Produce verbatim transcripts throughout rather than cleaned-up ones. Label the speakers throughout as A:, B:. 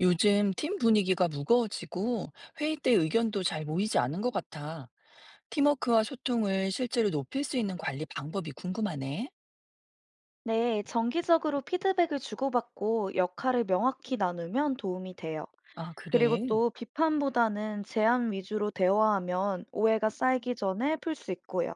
A: 요즘 팀 분위기가 무거워지고 회의 때 의견도 잘 모이지 않은 것 같아. 팀워크와 소통을 실제로 높일 수 있는 관리 방법이 궁금하네.
B: 네, 정기적으로 피드백을 주고받고 역할을 명확히 나누면 도움이 돼요.
A: 아,
B: 그리고
A: 그래.
B: 또 비판보다는 제안 위주로 대화하면 오해가 쌓이기 전에 풀 수 있고요.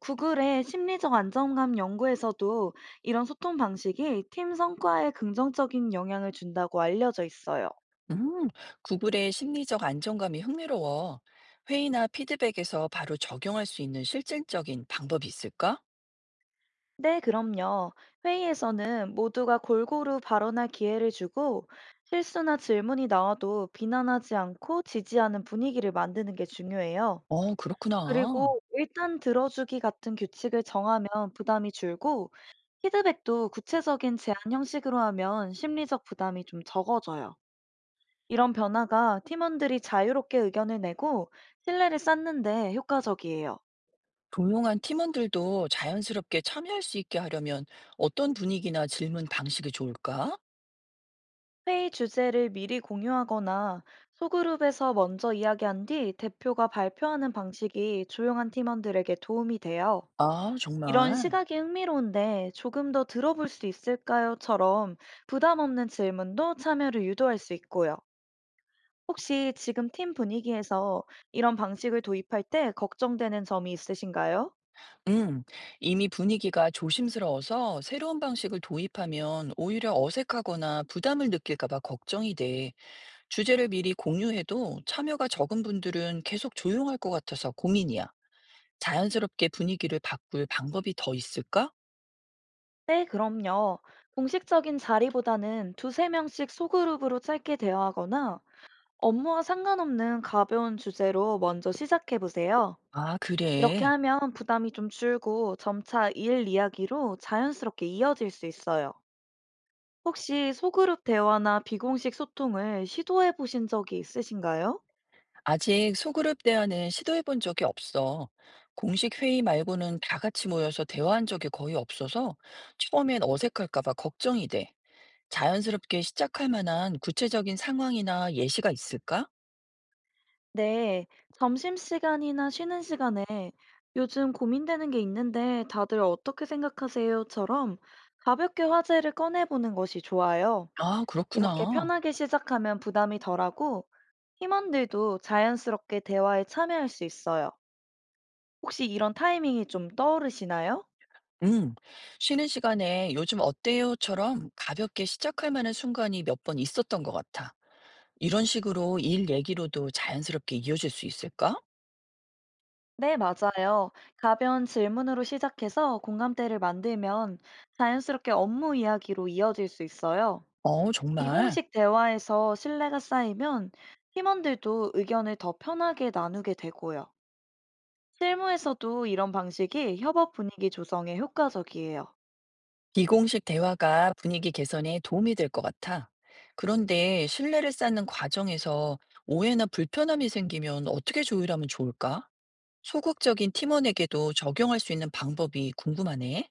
B: 구글의 심리적 안정감 연구에서도 이런 소통 방식이 팀 성과에 긍정적인 영향을 준다고 알려져 있어요.
A: 음, 구글의 심리적 안정감이 흥미로워. 회의나 피드백에서 바로 적용할 수 있는 실질적인 방법이 있을까?
B: 네, 그럼요. 회의에서는 모두가 골고루 발언할 기회를 주고 실수나 질문이 나와도 비난하지 않고 지지하는 분위기를 만드는 게 중요해요.
A: 어, 그렇구나.
B: 그리고 일단 들어주기 같은 규칙을 정하면 부담이 줄고 피드백도 구체적인 제안 형식으로 하면 심리적 부담이 좀 적어져요. 이런 변화가 팀원들이 자유롭게 의견을 내고 신뢰를 쌓는데 효과적이에요.
A: 조용한 팀원들도 자연스럽게 참여할 수 있게 하려면 어떤 분위기나 질문 방식이 좋을까?
B: 회의 주제를 미리 공유하거나 소그룹에서 먼저 이야기한 뒤 대표가 발표하는 방식이 조용한 팀원들에게 도움이 돼요.
A: 아,
B: 이런
A: 정말.
B: 시각이 흥미로운데 조금 더 들어볼 수 있을까요?처럼 부담 없는 질문도 참여를 유도할 수 있고요. 혹시 지금 팀 분위기에서 이런 방식을 도입할 때 걱정되는 점이 있으신가요?
A: 음, 이미 분위기가 조심스러워서 새로운 방식을 도입하면 오히려 어색하거나 부담을 느낄까 봐 걱정이 돼. 주제를 미리 공유해도 참여가 적은 분들은 계속 조용할 것 같아서 고민이야. 자연스럽게 분위기를 바꿀 방법이 더 있을까?
B: 네, 그럼요. 공식적인 자리보다는 두세 명씩 소그룹으로 짧게 대화하거나 업무와 상관없는 가벼운 주제로 먼저 시작해 보세요.
A: 아,
B: 이렇게
A: 그래.
B: 하면 부담이 좀 줄고 점차 일 이야기로 자연스럽게 이어질 수 있어요. 혹시 소그룹 대화나 비공식 소통을 시도해 보신 적이 있으신가요?
A: 아직 소그룹 대화는 시도해 본 적이 없어. 공식 회의 말고는 다 같이 모여서 대화한 적이 거의 없어서 처음엔 어색할까 봐 걱정이 돼. 자연스럽게 시작할 만한 구체적인 상황이나 예시가 있을까?
B: 네, 점심시간이나 쉬는 시간에 요즘 고민되는 게 있는데 다들 어떻게 생각하세요?처럼 가볍게 화제를 꺼내보는 것이 좋아요.
A: 아,
B: 이렇게
A: 그렇구나.
B: 편하게 시작하면 부담이 덜하고 팀원들도 자연스럽게 대화에 참여할 수 있어요. 혹시 이런 타이밍이 좀 떠오르시나요?
A: 음, 쉬는 시간에 요즘 어때요?처럼 가볍게 시작할 만한 순간이 몇 번 있었던 것 같아. 이런 식으로 일 얘기로도 자연스럽게 이어질 수 있을까?
B: 네, 맞아요. 가벼운 질문으로 시작해서 공감대를 만들면 자연스럽게 업무 이야기로 이어질 수 있어요.
A: 어, 정말.
B: 비공식 대화에서 신뢰가 쌓이면 팀원들도 의견을 더 편하게 나누게 되고요. 실무에서도 이런 방식이 협업 분위기 조성에 효과적이에요.
A: 비공식 대화가 분위기 개선에 도움이 될 것 같아. 그런데 신뢰를 쌓는 과정에서 오해나 불편함이 생기면 어떻게 조율하면 좋을까? 소극적인 팀원에게도 적용할 수 있는 방법이 궁금하네.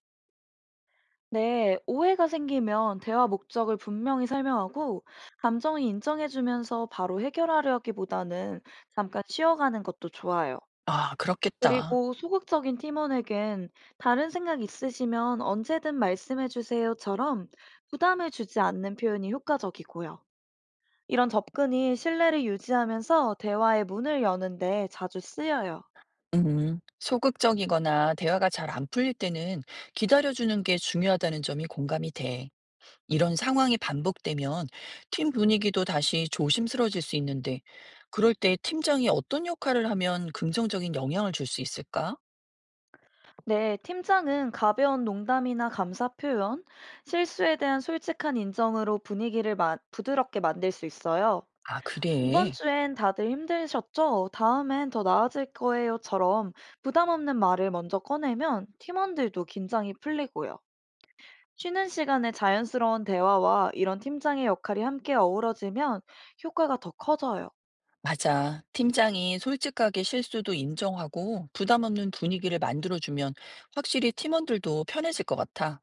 B: 네, 오해가 생기면 대화 목적을 분명히 설명하고 감정을 인정해주면서 바로 해결하려기보다는 잠깐 쉬어가는 것도 좋아요.
A: 아, 그렇겠다.
B: 그리고 소극적인 팀원에겐 "다른 생각 있으시면 언제든 말씀해 주세요."처럼 부담을 주지 않는 표현이 효과적이고요. 이런 접근이 신뢰를 유지하면서 대화의 문을 여는데 자주 쓰여요.
A: 음, 소극적이거나 대화가 잘 안 풀릴 때는 기다려주는 게 중요하다는 점이 공감이 돼. 이런 상황이 반복되면 팀 분위기도 다시 조심스러워질 수 있는데, 그럴 때 팀장이 어떤 역할을 하면 긍정적인 영향을 줄 수 있을까?
B: 네, 팀장은 가벼운 농담이나 감사 표현, 실수에 대한 솔직한 인정으로 분위기를 마 부드럽게 만들 수 있어요.
A: 아,
B: 이번
A: 그래.
B: 주엔 다들 힘드셨죠? 다음엔 더 나아질 거예요처럼 부담 없는 말을 먼저 꺼내면 팀원들도 긴장이 풀리고요. 쉬는 시간에 자연스러운 대화와 이런 팀장의 역할이 함께 어우러지면 효과가 더 커져요.
A: 맞아. 팀장이 솔직하게 실수도 인정하고 부담 없는 분위기를 만들어주면 확실히 팀원들도 편해질 것 같아.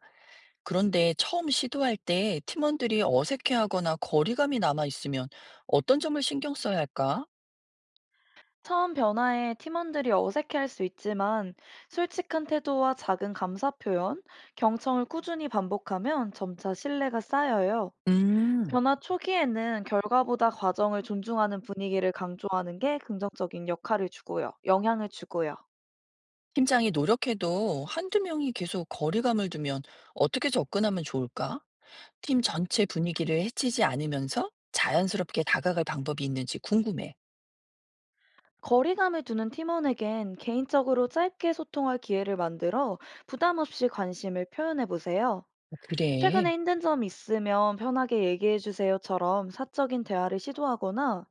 A: 그런데 처음 시도할 때 팀원들이 어색해하거나 거리감이 남아 있으면 어떤 점을 신경 써야 할까?
B: 처음 변화에 팀원들이 어색해할 수 있지만 솔직한 태도와 작은 감사 표현, 경청을 꾸준히 반복하면 점차 신뢰가 쌓여요.
A: 음,
B: 변화 초기에는 결과보다 과정을 존중하는 분위기를 강조하는 게 긍정적인 역할을 주고요. 영향을 주고요.
A: 팀장이 노력해도 한두 명이 계속 거리감을 두면 어떻게 접근하면 좋을까? 팀 전체 분위기를 해치지 않으면서 자연스럽게 다가갈 방법이 있는지 궁금해.
B: 거리감을 두는 팀원에겐 개인적으로 짧게 소통할 기회를 만들어 부담 없이 관심을 표현해 보세요.
A: 그래.
B: 최근에 힘든 점 있으면 편하게 얘기해 주세요처럼 사적인 대화를 시도하거나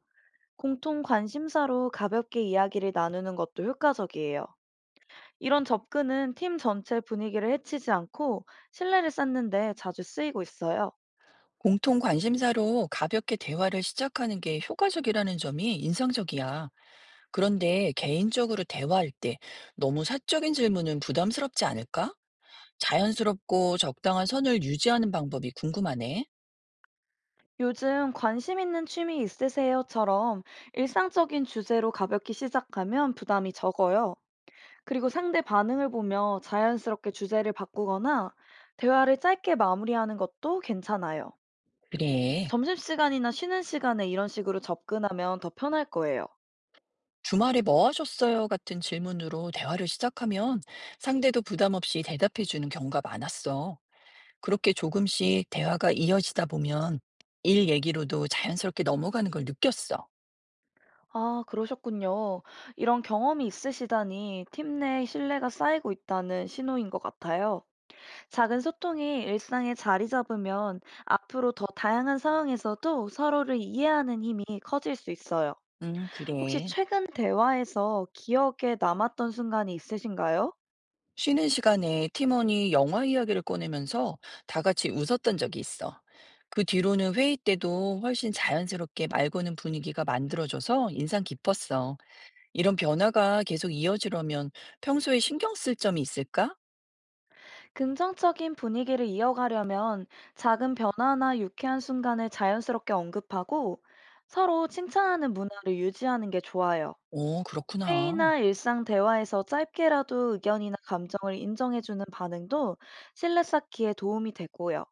B: 공통 관심사로 가볍게 이야기를 나누는 것도 효과적이에요. 이런 접근은 팀 전체 분위기를 해치지 않고 신뢰를 쌓는데 자주 쓰이고 있어요.
A: 공통 관심사로 가볍게 대화를 시작하는 게 효과적이라는 점이 인상적이야. 그런데 개인적으로 대화할 때 너무 사적인 질문은 부담스럽지 않을까? 자연스럽고 적당한 선을 유지하는 방법이 궁금하네.
B: 요즘 관심 있는 취미 있으세요?처럼 일상적인 주제로 가볍게 시작하면 부담이 적어요. 그리고 상대 반응을 보며 자연스럽게 주제를 바꾸거나 대화를 짧게 마무리하는 것도 괜찮아요.
A: 그래.
B: 점심시간이나 쉬는 시간에 이런 식으로 접근하면 더 편할 거예요.
A: 주말에 뭐 하셨어요? 같은 질문으로 대화를 시작하면 상대도 부담 없이 대답해주는 경우가 많았어. 그렇게 조금씩 대화가 이어지다 보면 일 얘기로도 자연스럽게 넘어가는 걸 느꼈어.
B: 아, 그러셨군요. 이런 경험이 있으시다니 팀 내 신뢰가 쌓이고 있다는 신호인 것 같아요. 작은 소통이 일상에 자리 잡으면 앞으로 더 다양한 상황에서도 서로를 이해하는 힘이 커질 수 있어요.
A: 음,
B: 혹시
A: 그래.
B: 최근 대화에서 기억에 남았던 순간이 있으신가요?
A: 쉬는 시간에 팀원이 영화 이야기를 꺼내면서 다 같이 웃었던 적이 있어. 그 뒤로는 회의 때도 훨씬 자연스럽게 말 거는 분위기가 만들어져서 인상 깊었어. 이런 변화가 계속 이어지려면 평소에 신경 쓸 점이 있을까?
B: 긍정적인 분위기를 이어가려면 작은 변화나 유쾌한 순간을 자연스럽게 언급하고 서로 칭찬하는 문화를 유지하는 게 좋아요.
A: 오, 그렇구나.
B: 회의나 일상 대화에서 짧게라도 의견이나 감정을 인정해주는 반응도 신뢰 쌓기에 도움이 되고요.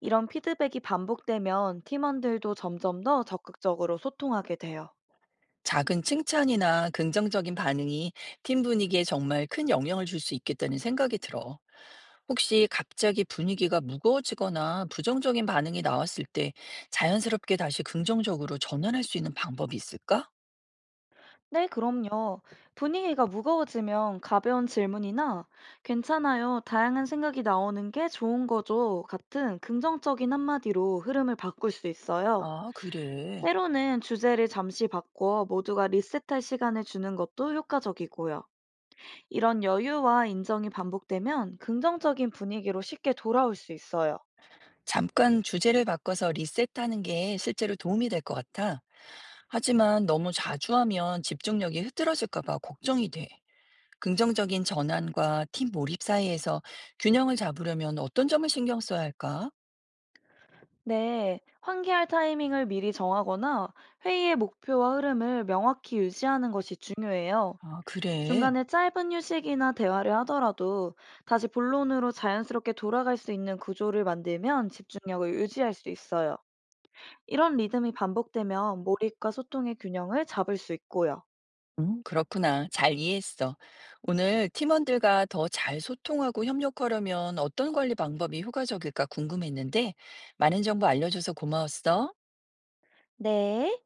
B: 이런 피드백이 반복되면 팀원들도 점점 더 적극적으로 소통하게 돼요.
A: 작은 칭찬이나 긍정적인 반응이 팀 분위기에 정말 큰 영향을 줄 수 있겠다는 생각이 들어. 혹시 갑자기 분위기가 무거워지거나 부정적인 반응이 나왔을 때 자연스럽게 다시 긍정적으로 전환할 수 있는 방법이 있을까?
B: 네, 그럼요. 분위기가 무거워지면 가벼운 질문이나 괜찮아요, 다양한 생각이 나오는 게 좋은 거죠 같은 긍정적인 한마디로 흐름을 바꿀 수 있어요.
A: 아, 그래.
B: 때로는 주제를 잠시 바꿔 모두가 리셋할 시간을 주는 것도 효과적이고요. 이런 여유와 인정이 반복되면 긍정적인 분위기로 쉽게 돌아올 수 있어요.
A: 잠깐 주제를 바꿔서 리셋하는 게 실제로 도움이 될 것 같아. 하지만 너무 자주 하면 집중력이 흐트러질까 봐 걱정이 돼. 긍정적인 전환과 팀 몰입 사이에서 균형을 잡으려면 어떤 점을 신경 써야 할까?
B: 네, 환기할 타이밍을 미리 정하거나 회의의 목표와 흐름을 명확히 유지하는 것이 중요해요.
A: 아, 그래.
B: 중간에 짧은 휴식이나 대화를 하더라도 다시 본론으로 자연스럽게 돌아갈 수 있는 구조를 만들면 집중력을 유지할 수 있어요. 이런 리듬이 반복되면 몰입과 소통의 균형을 잡을 수 있고요.
A: 음, 그렇구나. 잘 이해했어. 오늘 팀원들과 더 잘 소통하고 협력하려면 어떤 관리 방법이 효과적일까 궁금했는데, 많은 정보 알려줘서 고마웠어.
B: 네.